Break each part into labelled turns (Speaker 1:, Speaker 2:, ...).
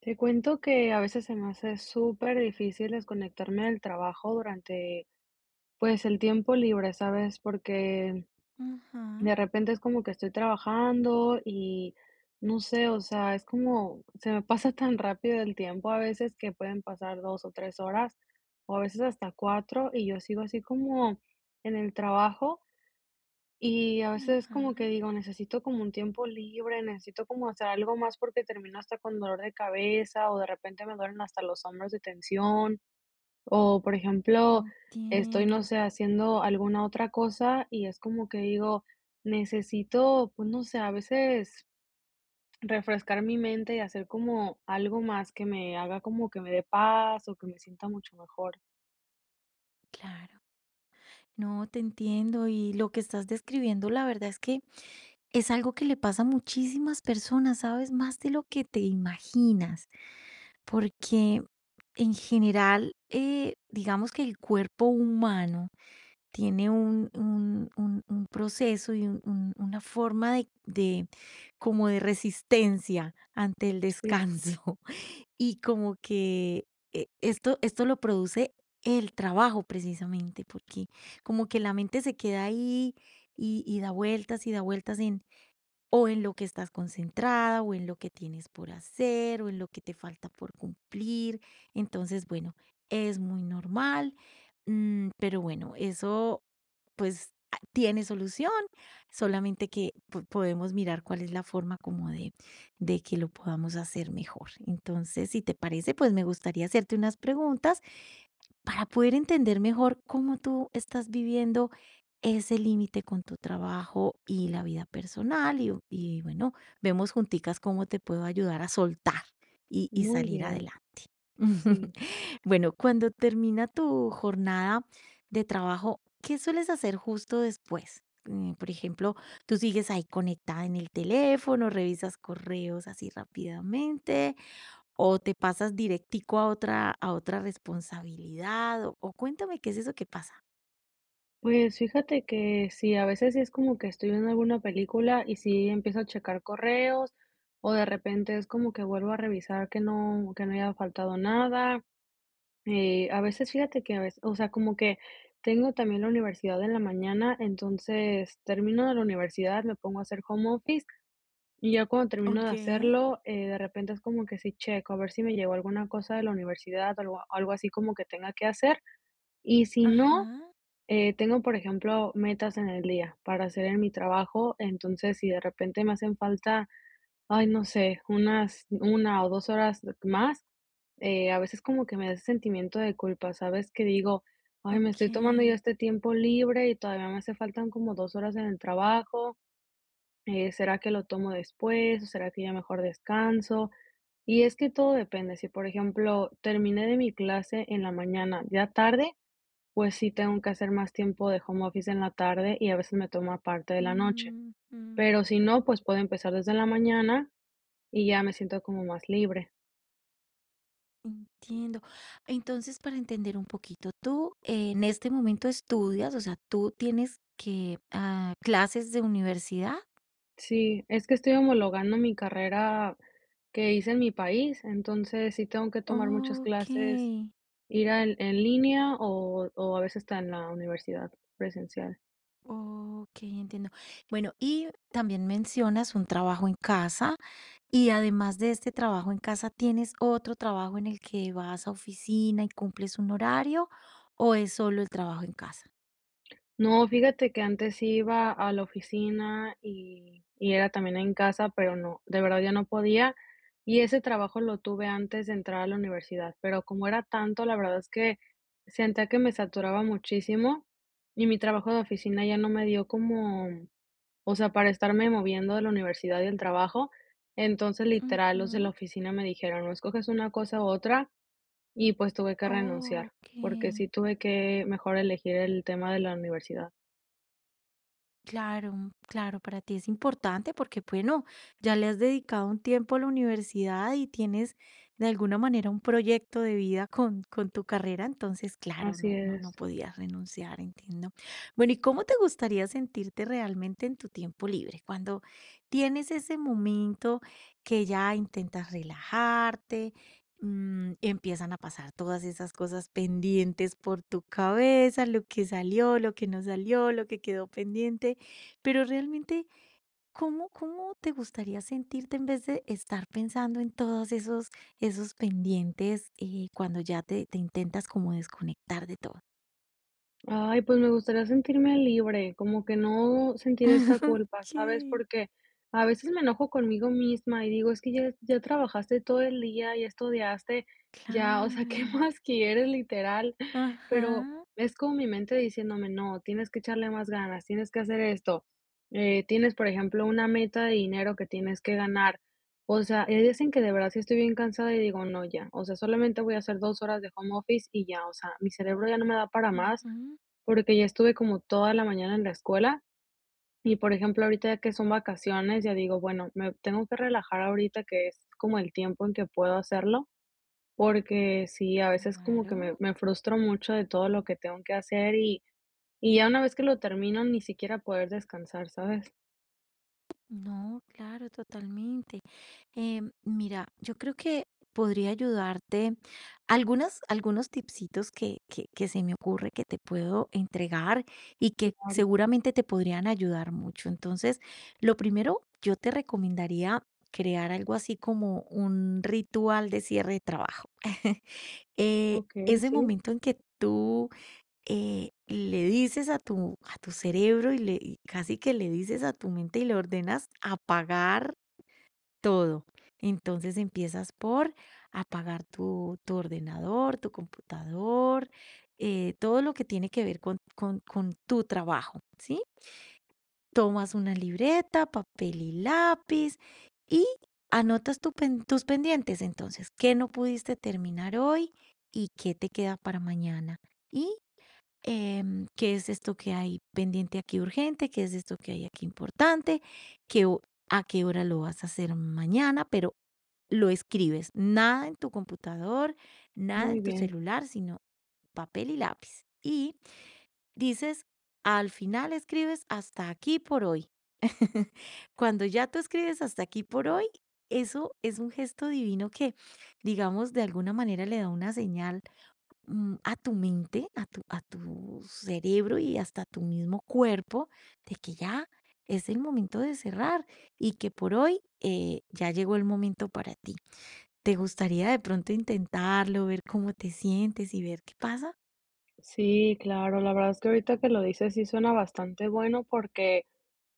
Speaker 1: Te cuento que a veces se me hace súper difícil desconectarme del trabajo durante, pues, el tiempo libre, ¿sabes? Porque
Speaker 2: Ajá,
Speaker 1: de repente es como que estoy trabajando y no sé, o sea, es como se me pasa tan rápido el tiempo a veces que pueden pasar 2 o 3 horas o a veces hasta cuatro y yo sigo así como en el trabajo. Y a veces
Speaker 2: ajá,
Speaker 1: como que digo, necesito como un tiempo libre, necesito como hacer algo más porque termino hasta con dolor de cabeza o de repente me duelen hasta los hombros de tensión o por ejemplo, estoy,
Speaker 2: entiendo,
Speaker 1: no sé, haciendo alguna otra cosa y es como que digo, necesito, pues no sé, a veces refrescar mi mente y hacer como algo más que me haga como que me dé paz o que me sienta mucho mejor.
Speaker 2: claro. No, te entiendo y lo que estás describiendo, la verdad es que es algo que le pasa a muchísimas personas, ¿sabes? Más de lo que te imaginas, porque en general, digamos que el cuerpo humano tiene un proceso y una forma de como de resistencia ante el
Speaker 1: Sí,
Speaker 2: descanso. Y como que esto lo produce el trabajo precisamente, porque como que la mente se queda ahí y da vueltas y da vueltas, o en lo que estás concentrada, o en lo que tienes por hacer, o en lo que te falta por cumplir. Entonces, bueno, es muy normal, pero bueno, eso pues tiene solución, solamente que podemos mirar cuál es la forma como de que lo podamos hacer mejor. Entonces, si te parece, pues me gustaría hacerte unas preguntas para poder entender mejor cómo tú estás viviendo ese límite con tu trabajo y la vida personal. Y bueno, vemos junticas cómo te puedo ayudar a soltar y
Speaker 1: muy
Speaker 2: salir
Speaker 1: bien,
Speaker 2: adelante.
Speaker 1: sí.
Speaker 2: Bueno, cuando termina tu jornada de trabajo, ¿qué sueles hacer justo después? Por ejemplo, tú sigues ahí conectada en el teléfono, revisas correos así rápidamente, o te pasas directico a otra responsabilidad, o cuéntame qué es eso que pasa.
Speaker 1: Pues fíjate que sí, a veces sí es como que estoy viendo alguna película y sí empiezo a checar correos o de repente es como que vuelvo a revisar que no haya faltado nada. A veces fíjate que a veces, o sea, como que tengo también la universidad en la mañana, entonces termino de la universidad, me pongo a hacer home office y ya cuando termino de
Speaker 2: Okey,
Speaker 1: hacerlo, de repente es como que sí checo a ver si me llegó alguna cosa de la universidad o algo así como que tenga que hacer. Y si no,
Speaker 2: ajá,
Speaker 1: tengo, por ejemplo, metas en el día para hacer en mi trabajo, entonces si de repente me hacen falta, ay, no sé, una o 2 horas más, a veces como que me da ese sentimiento de culpa, ¿sabes? Que digo: "Ay, me estoy tomando yo
Speaker 2: okey.
Speaker 1: este tiempo libre y todavía me hace faltan como 2 horas en el trabajo, ¿será que lo tomo después o será que ya mejor descanso?". Y es que todo depende, si, por ejemplo, terminé de mi clase en la mañana ya tarde, pues sí, tengo que hacer más tiempo de home office en la tarde y a veces me toma parte de la noche,
Speaker 2: Mm, mm,
Speaker 1: pero si no, pues puedo empezar desde la mañana y ya me siento como más libre.
Speaker 2: entiendo. Entonces, para entender un poquito, tú en este momento estudias, o sea, ¿tú tienes que, ah, clases de universidad?
Speaker 1: Sí, es que estoy homologando mi carrera que hice en mi país, entonces sí tengo que tomar muchas clases,
Speaker 2: Okey,
Speaker 1: en línea o a veces está en la universidad presencial.
Speaker 2: okey, entiendo. Bueno, y también mencionas un trabajo en casa. Y además de este trabajo en casa, ¿tienes otro trabajo en el que vas a oficina y cumples un horario o es solo el trabajo en casa?
Speaker 1: No, fíjate que antes sí iba a la oficina y era también en casa, pero no, de verdad ya no podía. Y ese trabajo lo tuve antes de entrar a la universidad, pero como era tanto, la verdad es que sentía que me saturaba muchísimo y mi trabajo de oficina ya no me dio como, o sea, para estarme moviendo de la universidad y el trabajo. Entonces, literal, los de la
Speaker 2: Ujú.
Speaker 1: oficina me dijeron, no escoges una cosa u otra y pues tuve que renunciar,
Speaker 2: Ok.
Speaker 1: porque sí tuve que mejor elegir el tema de la universidad.
Speaker 2: Claro, mm, claro, para ti es importante porque, bueno, ya le has dedicado un tiempo a la universidad y tienes de alguna manera un proyecto de vida con tu carrera, entonces, claro,
Speaker 1: Así
Speaker 2: no, no, no
Speaker 1: es.
Speaker 2: podías renunciar, entiendo. Bueno, ¿y cómo te gustaría sentirte realmente en tu tiempo libre? Cuando tienes ese momento que ya intentas relajarte, mm, empiezan a pasar todas esas cosas pendientes por tu cabeza, lo que salió, lo que no salió, lo que quedó pendiente. Pero realmente, ¿cómo te gustaría sentirte en vez de estar pensando en todos esos pendientes, cuando ya te intentas como desconectar de todo?
Speaker 1: Ay, pues me gustaría sentirme libre, como que no sentir esta culpa, ¿sabes?
Speaker 2: Okey,
Speaker 1: Porque a veces me enojo conmigo misma y digo, es que ya, ya trabajaste todo el día, ya estudiaste, ya, o sea, ¿qué
Speaker 2: claro.
Speaker 1: más quieres, literal? Pero
Speaker 2: Ajá.
Speaker 1: es como mi mente diciéndome, no, tienes que echarle más ganas, tienes que hacer esto, tienes, por ejemplo, una meta de dinero que tienes que ganar. O sea, hay días en que de verdad sí estoy bien cansada y digo, no, ya, o sea, solamente voy a hacer 2 horas de home office y ya, o sea, mi cerebro ya no me da para más
Speaker 2: Ujú.
Speaker 1: porque ya estuve como toda la mañana en la escuela y, por ejemplo, ahorita ya que son vacaciones, ya digo, bueno, me tengo que relajar ahorita, que es como el tiempo en que puedo hacerlo, porque sí, a veces como que me,
Speaker 2: Claro.
Speaker 1: me frustro mucho de todo lo que tengo que hacer y, ya una vez que lo termino, ni siquiera poder descansar, ¿sabes?
Speaker 2: No, claro, totalmente. Mira, yo creo que podría ayudarte algunas, algunos tipsitos que se me ocurre que te puedo entregar y que
Speaker 1: Claro.
Speaker 2: seguramente te podrían ayudar mucho. Entonces, lo primero, yo te recomendaría crear algo así como un ritual de cierre de trabajo.
Speaker 1: Ok,
Speaker 2: Ese
Speaker 1: sí,
Speaker 2: momento en que tú le dices a a tu cerebro y casi que le dices a tu mente y le ordenas apagar todo. Entonces empiezas por apagar tu ordenador, tu computador, todo lo que tiene que ver con, con tu trabajo, ¿sí? Tomas una libreta, papel y lápiz, y anotas tus pendientes. Entonces, ¿qué no pudiste terminar hoy y qué te queda para mañana? Y qué es esto que hay pendiente aquí urgente, qué es esto que hay aquí importante, qué, ho- a qué hora lo vas a hacer mañana, pero lo escribes. Nada en tu computador, nada en
Speaker 1: muy
Speaker 2: tu
Speaker 1: bien.
Speaker 2: celular, sino papel y lápiz. Y dices, al final escribes hasta aquí por hoy. Cuando ya tú escribes hasta aquí por hoy, eso es un gesto divino que, digamos, de alguna manera le da una señal, mm, a tu mente, a a tu cerebro y hasta a tu mismo cuerpo de que ya es el momento de cerrar y que por hoy ya llegó el momento para ti. ¿Te gustaría de pronto intentarlo, ver cómo te sientes y ver qué pasa?
Speaker 1: Sí, claro, la verdad es que ahorita que lo dices sí suena bastante bueno porque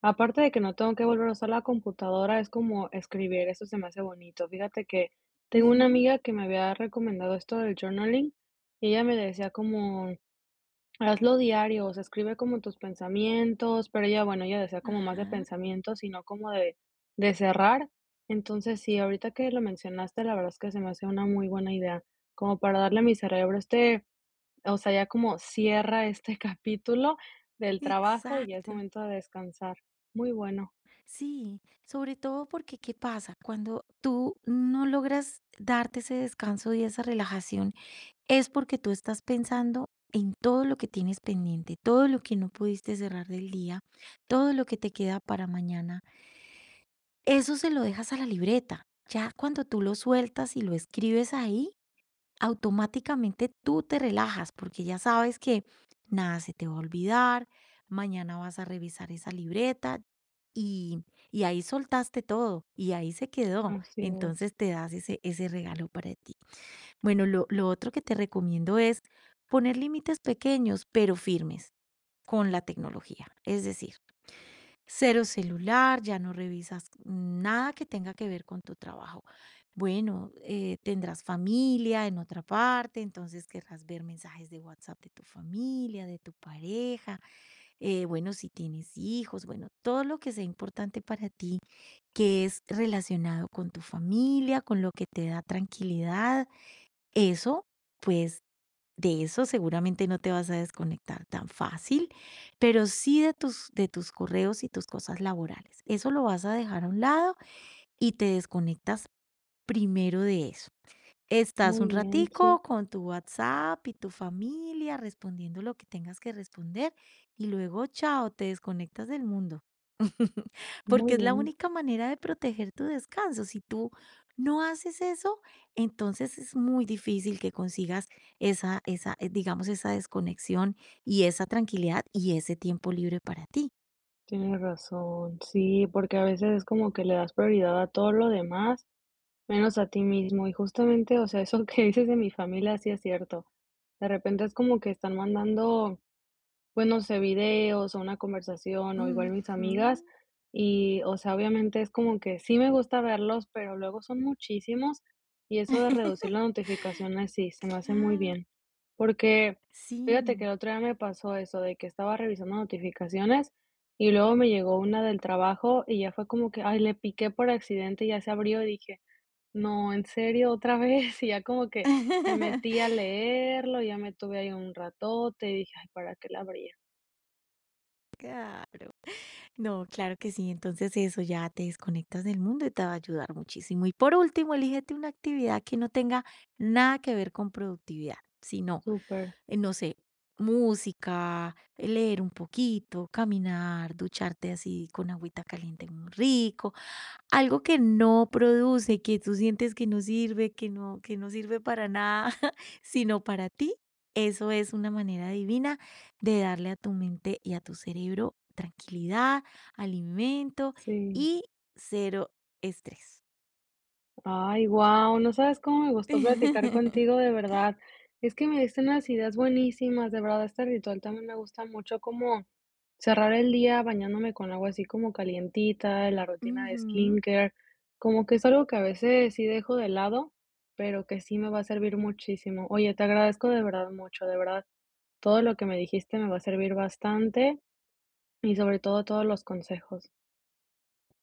Speaker 1: aparte de que no tengo que volver a usar la computadora, es como escribir, eso se me hace bonito. Fíjate que tengo una
Speaker 2: Ujú,
Speaker 1: amiga que me había recomendado esto del journaling y ella me decía como, hazlo diario, o sea, escribe como tus pensamientos, pero ella, bueno, ella decía como más de
Speaker 2: ajá,
Speaker 1: pensamientos sino como de cerrar. Entonces, sí, ahorita que lo mencionaste, la verdad es que se me hace una muy buena idea, como para darle a mi cerebro este, o sea, ya como cierra este capítulo del trabajo y ya es
Speaker 2: exacto.
Speaker 1: momento de descansar. Muy bueno.
Speaker 2: Sí, sobre todo porque ¿qué pasa? Cuando tú no logras darte ese descanso y esa relajación es porque tú estás pensando en todo lo que tienes pendiente, todo lo que no pudiste cerrar del día, todo lo que te queda para mañana. Eso se lo dejas a la libreta. Ya cuando tú lo sueltas y lo escribes ahí, automáticamente tú te relajas porque ya sabes que nada se te va a olvidar, mañana vas a revisar esa libreta y, y ahí soltaste todo y ahí se quedó.
Speaker 1: Así
Speaker 2: Entonces
Speaker 1: es.
Speaker 2: te das ese regalo para ti. Bueno, lo otro que te recomiendo es poner límites pequeños pero firmes con la tecnología. Es decir, cero celular, ya no revisas nada que tenga que ver con tu trabajo. Bueno, tendrás familia en otra parte, entonces querrás ver mensajes de WhatsApp de tu familia, de tu pareja, bueno, si tienes hijos, bueno, todo lo que sea importante para ti, que es relacionado con tu familia, con lo que te da tranquilidad, eso pues de eso seguramente no te vas a desconectar tan fácil, pero sí de de tus correos y tus cosas laborales. Eso lo vas a dejar a un lado y te desconectas primero de eso. Estás
Speaker 1: Muy
Speaker 2: un
Speaker 1: bien, sí,
Speaker 2: ratico con tu WhatsApp y tu familia respondiendo lo que tengas que responder y luego, chao, te desconectas del mundo.
Speaker 1: muy
Speaker 2: Porque es la
Speaker 1: bien.
Speaker 2: única manera de proteger tu descanso. Si tú no haces eso, entonces es muy difícil que consigas digamos, esa desconexión y esa tranquilidad y ese tiempo libre para ti.
Speaker 1: Tienes razón. Sí, porque a veces es como que le das prioridad a todo lo demás, menos a ti mismo. Y justamente, o sea, eso que dices de mi familia sí es cierto. De repente es como que están mandando pues no sé, videos o una conversación o igual mis
Speaker 2: Ujú.
Speaker 1: amigas y, o sea, obviamente es como que sí me gusta verlos, pero luego son muchísimos y eso de reducir las notificaciones sí, se me hace muy
Speaker 2: Claro,
Speaker 1: bien. Porque fíjate que
Speaker 2: sí.
Speaker 1: el otro día me pasó eso de que estaba revisando notificaciones y luego me llegó una del trabajo y ya fue como que, ay, le piqué por accidente y ya se abrió y dije, no, en serio, otra vez. Y ya como que me metí a leerlo, ya me tuve ahí un ratote y dije, ay, ¿para qué la abrí?
Speaker 2: Claro. No, claro que sí. Entonces eso ya te desconectas del mundo y te va a ayudar muchísimo. Y por último, elígete una actividad que no tenga nada que ver con productividad, sino,
Speaker 1: Súper,
Speaker 2: no sé, música, leer un poquito, caminar, ducharte así con agüita caliente muy rico, algo que no produce, que tú sientes que no sirve, que no sirve para nada, sino para ti, eso es una manera divina de darle a tu mente y a tu cerebro tranquilidad, alimento
Speaker 1: sí.
Speaker 2: y cero estrés.
Speaker 1: Ay, guau, no sabes cómo me gustó platicar contigo, de verdad. Es que me diste unas ideas buenísimas, de verdad, este ritual también me gusta mucho, como cerrar el día bañándome con agua así como calientita, la rutina de
Speaker 2: Ujú,
Speaker 1: skincare, como que es algo que a veces sí dejo de lado, pero que sí me va a servir muchísimo. Oye, te agradezco de verdad mucho, de verdad, todo lo que me dijiste me va a servir bastante y sobre todo todos los consejos.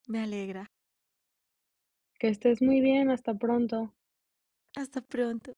Speaker 2: me alegra.
Speaker 1: Que estés muy bien, hasta pronto.
Speaker 2: Hasta pronto.